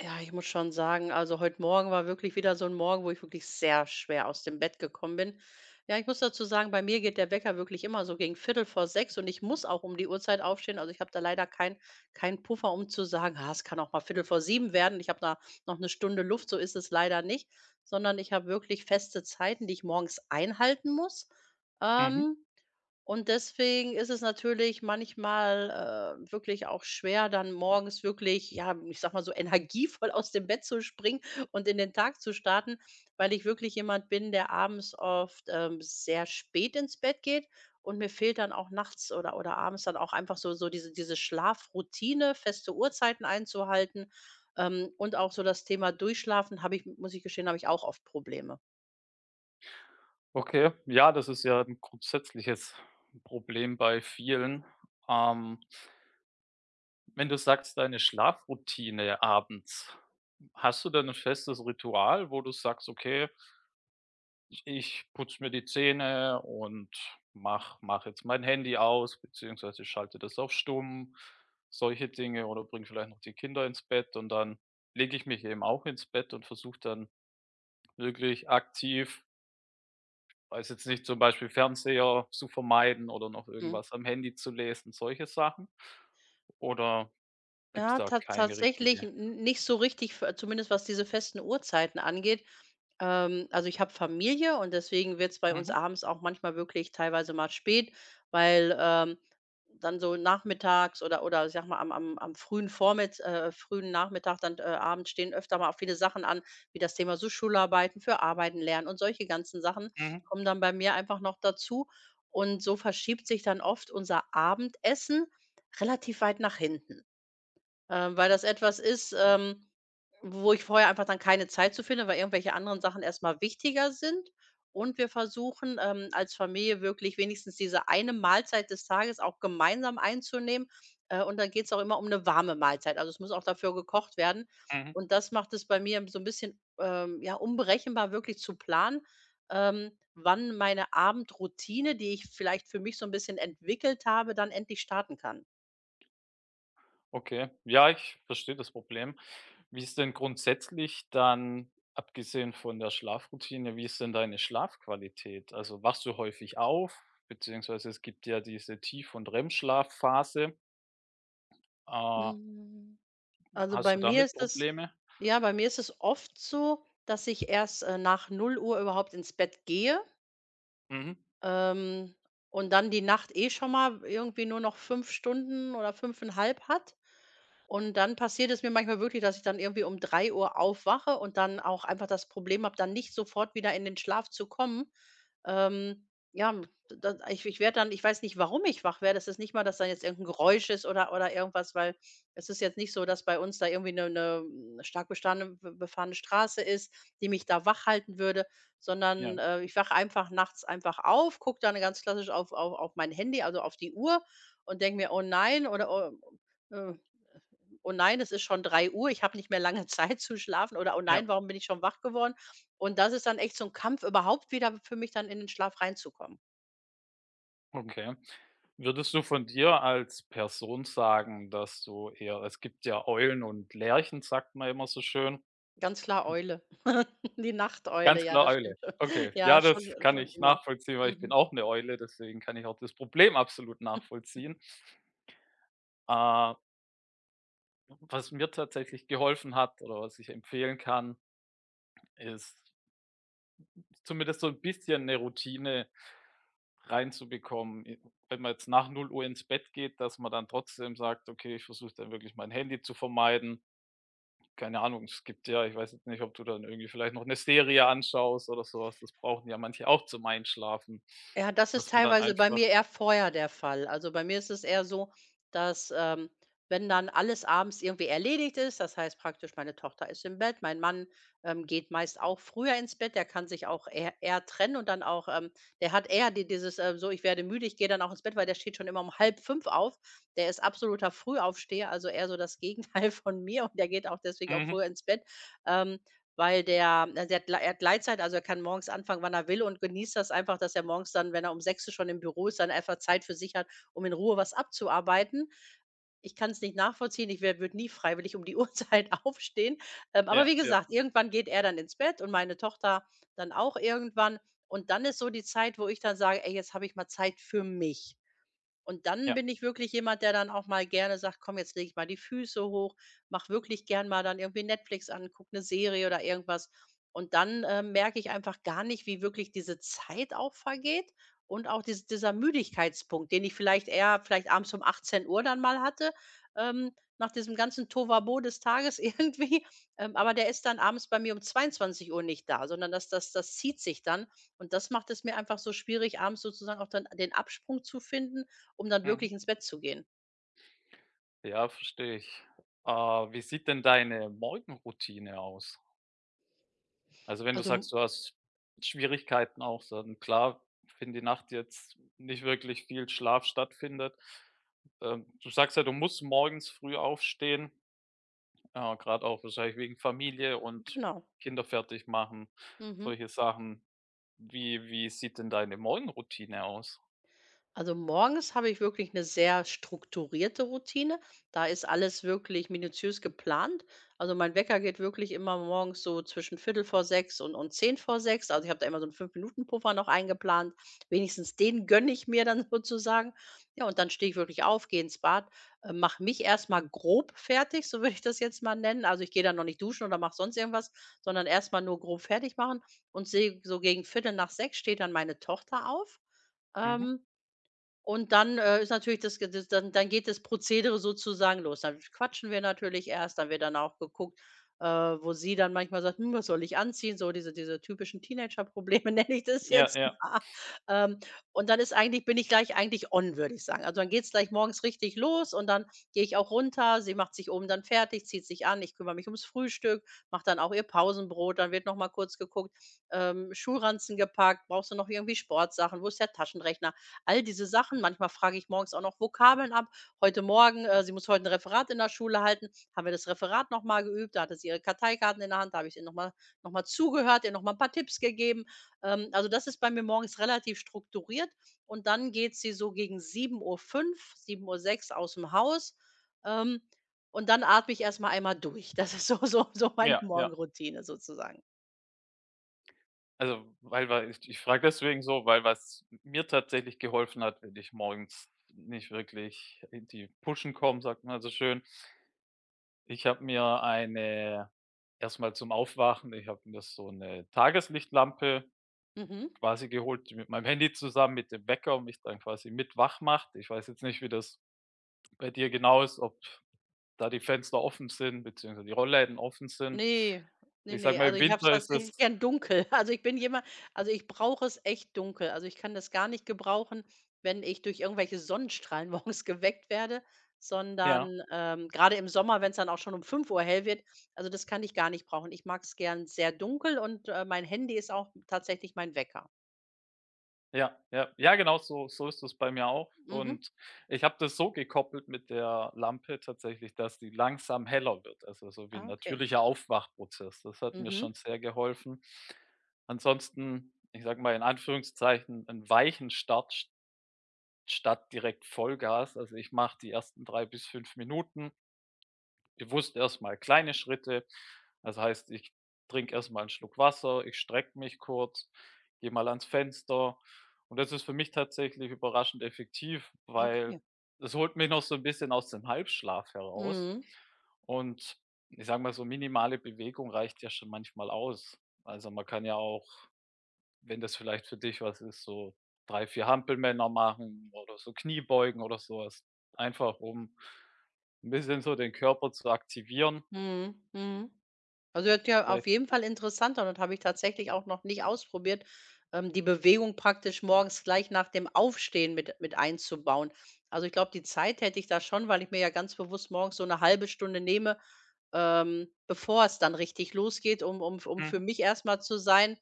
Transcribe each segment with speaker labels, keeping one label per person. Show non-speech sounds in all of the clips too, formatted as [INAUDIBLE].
Speaker 1: Ja, ich muss schon sagen, also heute Morgen war wirklich wieder so ein Morgen, wo ich wirklich sehr schwer aus dem Bett gekommen bin. Ja, ich muss dazu sagen, bei mir geht der Wecker wirklich immer so gegen Viertel vor sechs und ich muss auch um die Uhrzeit aufstehen. Also, ich habe da leider keinen Puffer, um zu sagen: „Ah, es kann auch mal Viertel vor sieben werden. Ich habe da noch eine Stunde Luft.“ So ist es leider nicht, sondern ich habe wirklich feste Zeiten, die ich morgens einhalten muss.
Speaker 2: Mhm.
Speaker 1: Ähm und deswegen ist es natürlich manchmal, wirklich auch schwer, dann morgens wirklich, ja, ich sage mal so, [LAUGHS] energievoll aus dem Bett zu springen und in den Tag zu starten, weil ich wirklich jemand bin, der abends oft, sehr spät ins Bett geht und mir fehlt dann auch nachts oder abends dann auch einfach so diese Schlafroutine, feste Uhrzeiten einzuhalten, und auch so das Thema Durchschlafen habe ich muss ich gestehen, habe ich auch oft Probleme.
Speaker 2: Okay, ja, das ist ja ein grundsätzliches Problem bei vielen. Ähm, wenn du sagst, deine Schlafroutine abends, hast du da ein festes Ritual, wo du sagst: „Okay, ich putze mir die Zähne und mache jetzt mein Handy aus beziehungsweise schalte das auf stumm", solche Dinge, oder bringe vielleicht noch die Kinder ins Bett und dann lege ich mich eben auch ins Bett und versuche dann wirklich aktiv, weiß jetzt nicht, zum Beispiel Fernseher zu vermeiden oder noch
Speaker 1: Mhm.
Speaker 2: irgendwas am Handy zu lesen, solche Sachen? Oder gibt's
Speaker 1: Ja,
Speaker 2: da
Speaker 1: tats
Speaker 2: keine
Speaker 1: tatsächlich
Speaker 2: richtige?
Speaker 1: n nicht so richtig, v zumindest was diese festen Uhrzeiten angeht. Also, ich habe Familie und deswegen wird's bei uns
Speaker 2: Mhm,
Speaker 1: abends auch manchmal wirklich teilweise mal spät, weil, dann so nachmittags oder ich sage mal, am frühen Vormitt frühen Nachmittag, dann, abends stehen öfter mal auch viele Sachen an, wie das Thema so Schularbeiten für Arbeiten lernen und solche ganzen Sachen
Speaker 2: mhm,
Speaker 1: kommen dann bei mir einfach noch dazu. Und so verschiebt sich dann oft unser Abendessen relativ weit nach hinten. Weil das etwas ist, wo ich vorher einfach dann keine Zeit zu finde, weil irgendwelche anderen Sachen erstmal wichtiger sind. Und wir versuchen, als Familie wirklich wenigstens diese eine Mahlzeit des Tages auch gemeinsam einzunehmen. Und dann geht es auch immer um eine warme Mahlzeit. Also, es muss auch dafür gekocht werden.
Speaker 2: mhm.
Speaker 1: Und das macht es bei mir so ein bisschen, ja, unberechenbar, wirklich zu planen, wann meine Abendroutine, die ich vielleicht für mich so ein bisschen entwickelt habe, dann endlich starten kann.
Speaker 2: Okay. Ja, ich verstehe das Problem. Wie ist denn grundsätzlich dann, abgesehen von der Schlafroutine, wie ist denn deine Schlafqualität? Also, wachst du häufig auf, beziehungsweise es gibt ja diese Tief- und REM-Schlafphase. Äh,
Speaker 1: Mhm. Also,
Speaker 2: hast
Speaker 1: bei
Speaker 2: du
Speaker 1: mir
Speaker 2: damit
Speaker 1: ist es
Speaker 2: Probleme?
Speaker 1: ja, bei mir ist es oft so, dass ich erst, nach null Uhr überhaupt ins Bett gehe,
Speaker 2: Mhm.
Speaker 1: ähm, und dann die Nacht eh schon mal irgendwie nur noch 5 Stunden oder fünfeinhalb hat. Und dann passiert es mir manchmal wirklich, dass ich dann irgendwie um drei Uhr aufwache und dann auch einfach das Problem habe, dann nicht sofort wieder in den Schlaf zu kommen. Ja, m da ich werde dann ich weiß nicht, warum ich wach werde. Es ist nicht mal, dass dann jetzt irgendein Geräusch ist oder irgendwas, weil es ist jetzt nicht so, dass bei uns da irgendwie eine 'ne stark bestandene be befahrene Straße ist, die mich da wach halten würde,
Speaker 2: Ja,
Speaker 1: sondern, ich wache einfach nachts einfach auf, gucke dann ganz klassisch auf auf mein Handy, also auf die Uhr und denke mir: „Oh nein“ oder, äh, oh nein, es ist schon drei Uhr. Ich habe nicht mehr lange [LAUGHS] Zeit zu schlafen oder: „Oh
Speaker 2: ja,
Speaker 1: nein, warum bin ich schon wach geworden?“ Und das ist dann echt so ein Kampf, überhaupt wieder für mich dann in den Schlaf reinzukommen.
Speaker 2: okay. Würdest du von dir als Person sagen, dass du eher, es gibt ja Eulen und Lerchen, sagt man immer so schön.
Speaker 1: Ganz klar Eule. [LAUGHS] Die Nachteule,
Speaker 2: Ganz
Speaker 1: ja,
Speaker 2: klar
Speaker 1: das
Speaker 2: Eule.
Speaker 1: stimmt schon.
Speaker 2: Okay,
Speaker 1: Ja,
Speaker 2: ja,
Speaker 1: schon
Speaker 2: das kann
Speaker 1: schon
Speaker 2: ich
Speaker 1: immer.
Speaker 2: nachvollziehen, weil ich bin
Speaker 1: Mhm.
Speaker 2: auch eine Eule, deswegen kann ich auch das Problem absolut
Speaker 1: [LAUGHS]
Speaker 2: nachvollziehen. Äh, was mir tatsächlich geholfen hat oder was ich empfehlen kann, ist zumindest so ein bisschen eine Routine reinzubekommen. I Wenn man jetzt nach null Uhr ins Bett geht, dass man dann trotzdem sagt: „Okay, ich versuche dann wirklich mein Handy zu vermeiden. Keine Ahnung, es gibt ja, ich weiß jetzt nicht, ob du dann irgendwie vielleicht noch eine Serie anschaust oder sowas. Das brauchen ja manche auch zum Einschlafen,
Speaker 1: Ja, das ist
Speaker 2: dass man dann
Speaker 1: teilweise bei
Speaker 2: einfach".
Speaker 1: mir eher vorher der Fall. Also, bei mir ist es eher so, dass, wenn dann alles abends irgendwie erledigt ist, das heißt praktisch, meine Tochter ist im Bett, mein Mann, geht meist auch früher ins Bett, der kann sich auch eher trennen und dann auch, der hat eher dieses, so: „Ich werde müde, ich gehe dann auch ins Bett“, weil der steht schon immer um halb fünf auf. Der ist absoluter Frühaufsteher, also eher so das Gegenteil [LAUGHS] von mir und der geht auch deswegen auch
Speaker 2: Mhm,
Speaker 1: früher ins Bett. Ähm, Weil der also, er hat Gleitzeit, also, er kann morgens anfangen, wann er will und genießt das einfach, dass er morgens dann, wenn er um 6:00 Uhr schon im Büro ist, dann einfach Zeit für sich hat, um in Ruhe was abzuarbeiten. Ich kann es nicht nachvollziehen. Ich würde nie freiwillig um die [LAUGHS] Uhrzeit aufstehen. Aber
Speaker 2: ja,
Speaker 1: wie
Speaker 2: ja,
Speaker 1: gesagt, irgendwann geht er dann ins Bett und meine Tochter dann auch irgendwann. Und dann ist so die Zeit, wo ich dann sage: „Ey, jetzt habe ich mal Zeit für mich.“ Und dann
Speaker 2: ja,
Speaker 1: bin ich wirklich jemand, der dann auch mal gerne sagt: „Komm, jetzt lege ich mal die Füße hoch“, mach wirklich gern mal dann irgendwie Netflix an, gucke 'ne Serie oder irgendwas. Und dann, merke ich einfach gar nicht, wie wirklich diese Zeit auch vergeht und auch dieser Müdigkeitspunkt, den ich vielleicht abends um achtzehn Uhr dann mal hatte, ähm, nach diesem ganzen Tohuwabohu des Tages [LAUGHS] irgendwie. Aber der ist dann abends bei mir um zweiundzwanzig Uhr nicht da, sondern das zieht sich dann. Und das macht es mir einfach so schwierig, abends sozusagen auch dann den Absprung zu finden um dann
Speaker 2: mhm.
Speaker 1: wirklich ins Bett zu gehen.
Speaker 2: Ja, verstehe ich. Wie sieht denn deine Morgenroutine aus? Also, wenn du
Speaker 1: Also, m-
Speaker 2: sagst, du hast Schwierigkeiten auch dann, klar, wenn die Nacht jetzt nicht wirklich viel Schlaf stattfindet. Du sagst ja, du musst morgens früh aufstehen. Ja, gerade auch wahrscheinlich wegen Familie und
Speaker 1: genau.
Speaker 2: Kinder fertig machen,
Speaker 1: Mhm.
Speaker 2: solche Sachen. Wie sieht denn deine Morgenroutine aus?
Speaker 1: Also morgens habe ich wirklich eine sehr strukturierte Routine. Da ist alles wirklich minutiös geplant. Also, mein Wecker geht wirklich immer morgens so zwischen Viertel vor sechs und zehn vor sechs. Also, ich habe da immer so einen 5 Minuten Puffer noch eingeplant. Wenigstens den gönne ich mir dann [LAUGHS] sozusagen. Ja, und dann stehe ich wirklich auf, gehe ins Bad, mache mich erstmal grob fertig, so würde ich das jetzt mal nennen. Also, ich gehe dann noch nicht duschen oder mache sonst irgendwas, sondern erstmal nur grob fertig machen und sehe so gegen Viertel nach sechs steht dann meine Tochter auf,
Speaker 2: Mhm.
Speaker 1: ähm und dann, ist natürlich das ge das dann dann geht das Prozedere sozusagen los. Dann quatschen wir natürlich erst, dann wird dann auch geguckt, wo sie dann manchmal sagt: „Hm, was soll ich anziehen?“ So diese typischen Teenagerprobleme [LAUGHS] nenne ich das
Speaker 2: Ja,
Speaker 1: jetzt
Speaker 2: ja,
Speaker 1: mal. Ähm, und dann ist eigentlich bin ich gleich eigentlich on, würde ich sagen. Also, dann geht's gleich morgens richtig los und dann gehe ich auch runter. Sie macht sich oben dann fertig, zieht sich an. Ich kümmere mich ums Frühstück, mache dann auch ihr Pausenbrot. Dann wird noch mal kurz geguckt, Schulranzen gepackt, brauchst du noch irgendwie Sportsachen, wo ist der Taschenrechner? All diese Sachen. Manchmal frage ich morgens auch noch Vokabeln ab. Heute Morgen sie muss heute ein Referat in der Schule halten, haben wir das Referat noch mal geübt. Da hatte sie ihre Karteikarten in der Hand, da habe ich ihr noch mal zugehört, ihr noch mal 'n paar Tipps gegeben. Also, das ist bei mir morgens relativ strukturiert und dann geht sie so gegen sieben Uhr fünf, sieben Uhr sechs aus dem Haus, ähm, und dann atme ich erst mal einmal durch. Das ist so meine
Speaker 2: ja, ja.
Speaker 1: Morgenroutine sozusagen.
Speaker 2: Also, weil ich frage deswegen so, weil was mir tatsächlich geholfen hat, wenn ich morgens nicht wirklich in die pushen komme, sagt man so schön. Ich habe mir eine, erstmal zum Aufwachen, ich habe mir so eine Tageslichtlampe
Speaker 1: Mhm.
Speaker 2: quasi geholt, mit meinem Handy zusammen mit dem Wecker und mich dann quasi mit wach macht. Ich weiß jetzt nicht, wie das bei dir genau ist, ob da die Fenster offen sind beziehungsweise die Rollläden offen sind.
Speaker 1: Ne, ne,
Speaker 2: Ich sage
Speaker 1: ne.
Speaker 2: mal,
Speaker 1: Also,
Speaker 2: im
Speaker 1: ich habe es
Speaker 2: Winter ist es
Speaker 1: tatsächlich gern dunkel. [LAUGHS] Also, ich bin jemand also, ich brauche es echt dunkel. Also, ich kann das gar nicht gebrauchen, wenn ich durch irgendwelche Sonnenstrahlen [LAUGHS] morgens geweckt werde,
Speaker 2: ja,
Speaker 1: sondern, grade im Sommer, wenn's dann auch schon um fünf Uhr hell wird, also, das kann ich gar nicht brauchen. Ich mag's gern sehr dunkel und, mein Handy ist auch tatsächlich mein Wecker.
Speaker 2: ja, ja, ja, genau, so so ist es bei mir auch.
Speaker 1: Mhm.
Speaker 2: Und ich habe das so gekoppelt mit der Lampe tatsächlich, dass die langsam heller wird, also so wie 'n
Speaker 1: Ah, okay.
Speaker 2: natürlicher Aufwachprozess. Das hat mir
Speaker 1: Mhm.
Speaker 2: schon sehr geholfen. Ansonsten, ich sage mal in Anführungszeichen, 'n weichen Start statt direkt Vollgas. Also, ich mache die ersten 3 bis 5 Minuten bewusst erstmal kleine Schritte. Das heißt, ich trinke erstmal einen Schluck Wasser, ich strecke mich kurz, gehe mal ans Fenster. Und das ist für mich tatsächlich überraschend effektiv, weil
Speaker 1: Okay.
Speaker 2: es holt mich noch so ein bisschen aus dem Halbschlaf heraus.
Speaker 1: Mhm.
Speaker 2: Und ich sage mal, so minimale Bewegung reicht ja schon manchmal aus. Also, man kann ja auch, wenn das vielleicht für dich was ist, so 3 4 Hampelmänner machen oder so Kniebeugen oder sowas, einfach um ein bisschen so den Körper zu aktivieren.
Speaker 1: Mhm. Mhm. Also, hört ja auf
Speaker 2: Vielleicht,
Speaker 1: jeden Fall interessant an und habe ich tatsächlich auch noch nicht ausprobiert, die Bewegung praktisch morgens gleich nach dem Aufstehen mit einzubauen. Also, ich glaube, die Zeit hätte ich da schon, weil ich mir ja ganz bewusst morgens so eine halbe Stunde nehme, bevor es dann richtig losgeht, um
Speaker 2: mhm.
Speaker 1: für mich erstmal zu sein.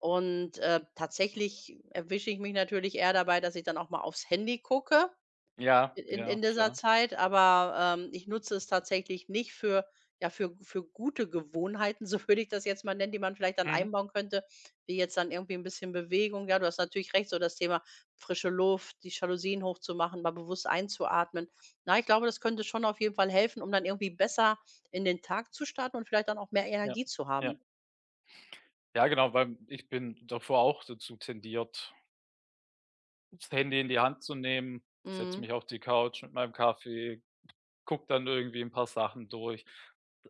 Speaker 1: Und, tatsächlich erwische ich mich natürlich eher dabei, dass ich dann auch mal aufs Handy gucke
Speaker 2: Ja,
Speaker 1: in
Speaker 2: ja,
Speaker 1: in dieser
Speaker 2: klar.
Speaker 1: Zeit, aber, ich nutze es tatsächlich nicht für ja, für gute Gewohnheiten, [LAUGHS] so würde ich das jetzt mal nennen, die man vielleicht dann
Speaker 2: Mhm.
Speaker 1: einbauen könnte, wie jetzt dann irgendwie ein bisschen Bewegung. Ja, du hast natürlich recht, so das Thema frische Luft, die Jalousien hochzumachen, mal bewusst einzuatmen. Na, ich glaube, das könnte schon auf jeden Fall helfen, um dann irgendwie besser in den Tag zu starten und vielleicht dann auch mehr
Speaker 2: Ja,
Speaker 1: Energie zu
Speaker 2: ja.
Speaker 1: haben.
Speaker 2: Ja, genau, weil ich bin davor auch dazu tendiert, das Handy in die Hand zu nehmen. Ich setze
Speaker 1: Mhm.
Speaker 2: mich auf die Couch mit meinem Kaffee, gucke dann irgendwie ein paar Sachen durch.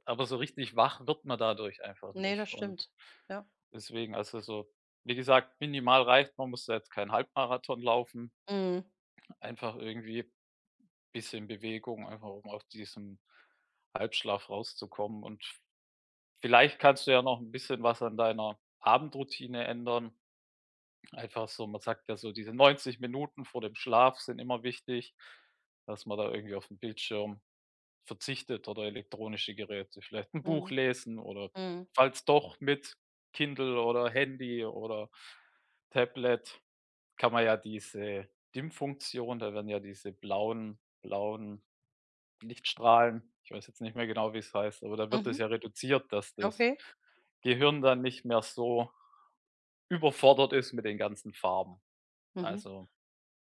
Speaker 2: Aber so richtig wach wird man dadurch einfach
Speaker 1: Ne, das
Speaker 2: nicht,
Speaker 1: stimmt.
Speaker 2: und
Speaker 1: Ja.
Speaker 2: deswegen also, so wie gesagt, minimal reicht, man muss da jetzt keinen Halbmarathon laufen,
Speaker 1: Mhm.
Speaker 2: einfach irgendwie bisschen Bewegung, einfach um aus diesem Halbschlaf rauszukommen. Und vielleicht kannst du ja noch ein bisschen was an deiner Abendroutine ändern. Einfach so, man sagt ja so, diese 90 Minuten vor dem Schlaf sind immer wichtig, dass man da irgendwie auf dem Bildschirm verzichtet oder elektronische Geräte. Vielleicht ein Buch
Speaker 1: Mhm.
Speaker 2: lesen, oder
Speaker 1: Mhm.
Speaker 2: falls doch mit Kindle oder Handy oder Tablet, kann man ja diese Dimmfunktion, da werden ja diese blauen Lichtstrahlen, ich weiß jetzt nicht mehr genau, wie es heißt, aber da wird
Speaker 1: Mhm.
Speaker 2: das ja reduziert, dass das
Speaker 1: Okay.
Speaker 2: Gehirn dann nicht mehr so überfordert ist mit den ganzen Farben.
Speaker 1: Mhm.
Speaker 2: Also,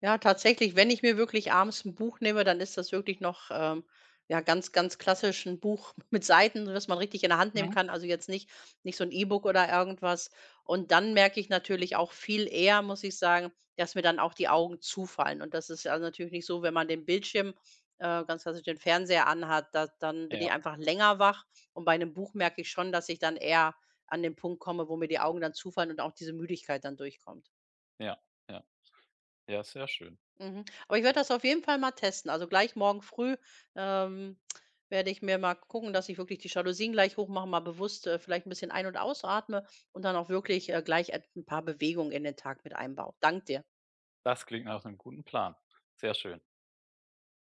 Speaker 1: Ja, tatsächlich, wenn ich mir wirklich abends ein Buch nehme, dann ist das wirklich noch, ja, ganz klassisch 'n Buch [LAUGHS] mit Seiten, sodass man richtig in der Hand nehmen
Speaker 2: mhm.
Speaker 1: kann, also jetzt nicht so ein E-Book oder irgendwas. Und dann merke ich natürlich auch viel eher, muss ich sagen, dass mir dann auch die Augen zufallen. Und das ist also natürlich nicht so, wenn man den Bildschirm, ganz klassisch den Fernseher anhat, da dann bin ich
Speaker 2: Ja,
Speaker 1: einfach länger wach. Und bei einem Buch merke ich schon, dass ich dann eher an den Punkt komme, wo mir die Augen dann zufallen und auch diese Müdigkeit dann durchkommt.
Speaker 2: ja, ja, ja, sehr schön.
Speaker 1: Mhm. Aber ich werde das auf jeden Fall mal testen. Also gleich morgen früh ähm, werde ich mir mal gucken, dass ich wirklich die Jalousien gleich hochmache, mal bewusst vielleicht ein bisschen ein- und ausatme und dann auch wirklich ein paar Bewegungen in den Tag mit einbaue. Dank dir.
Speaker 2: Das klingt nach einem guten Plan. Sehr schön.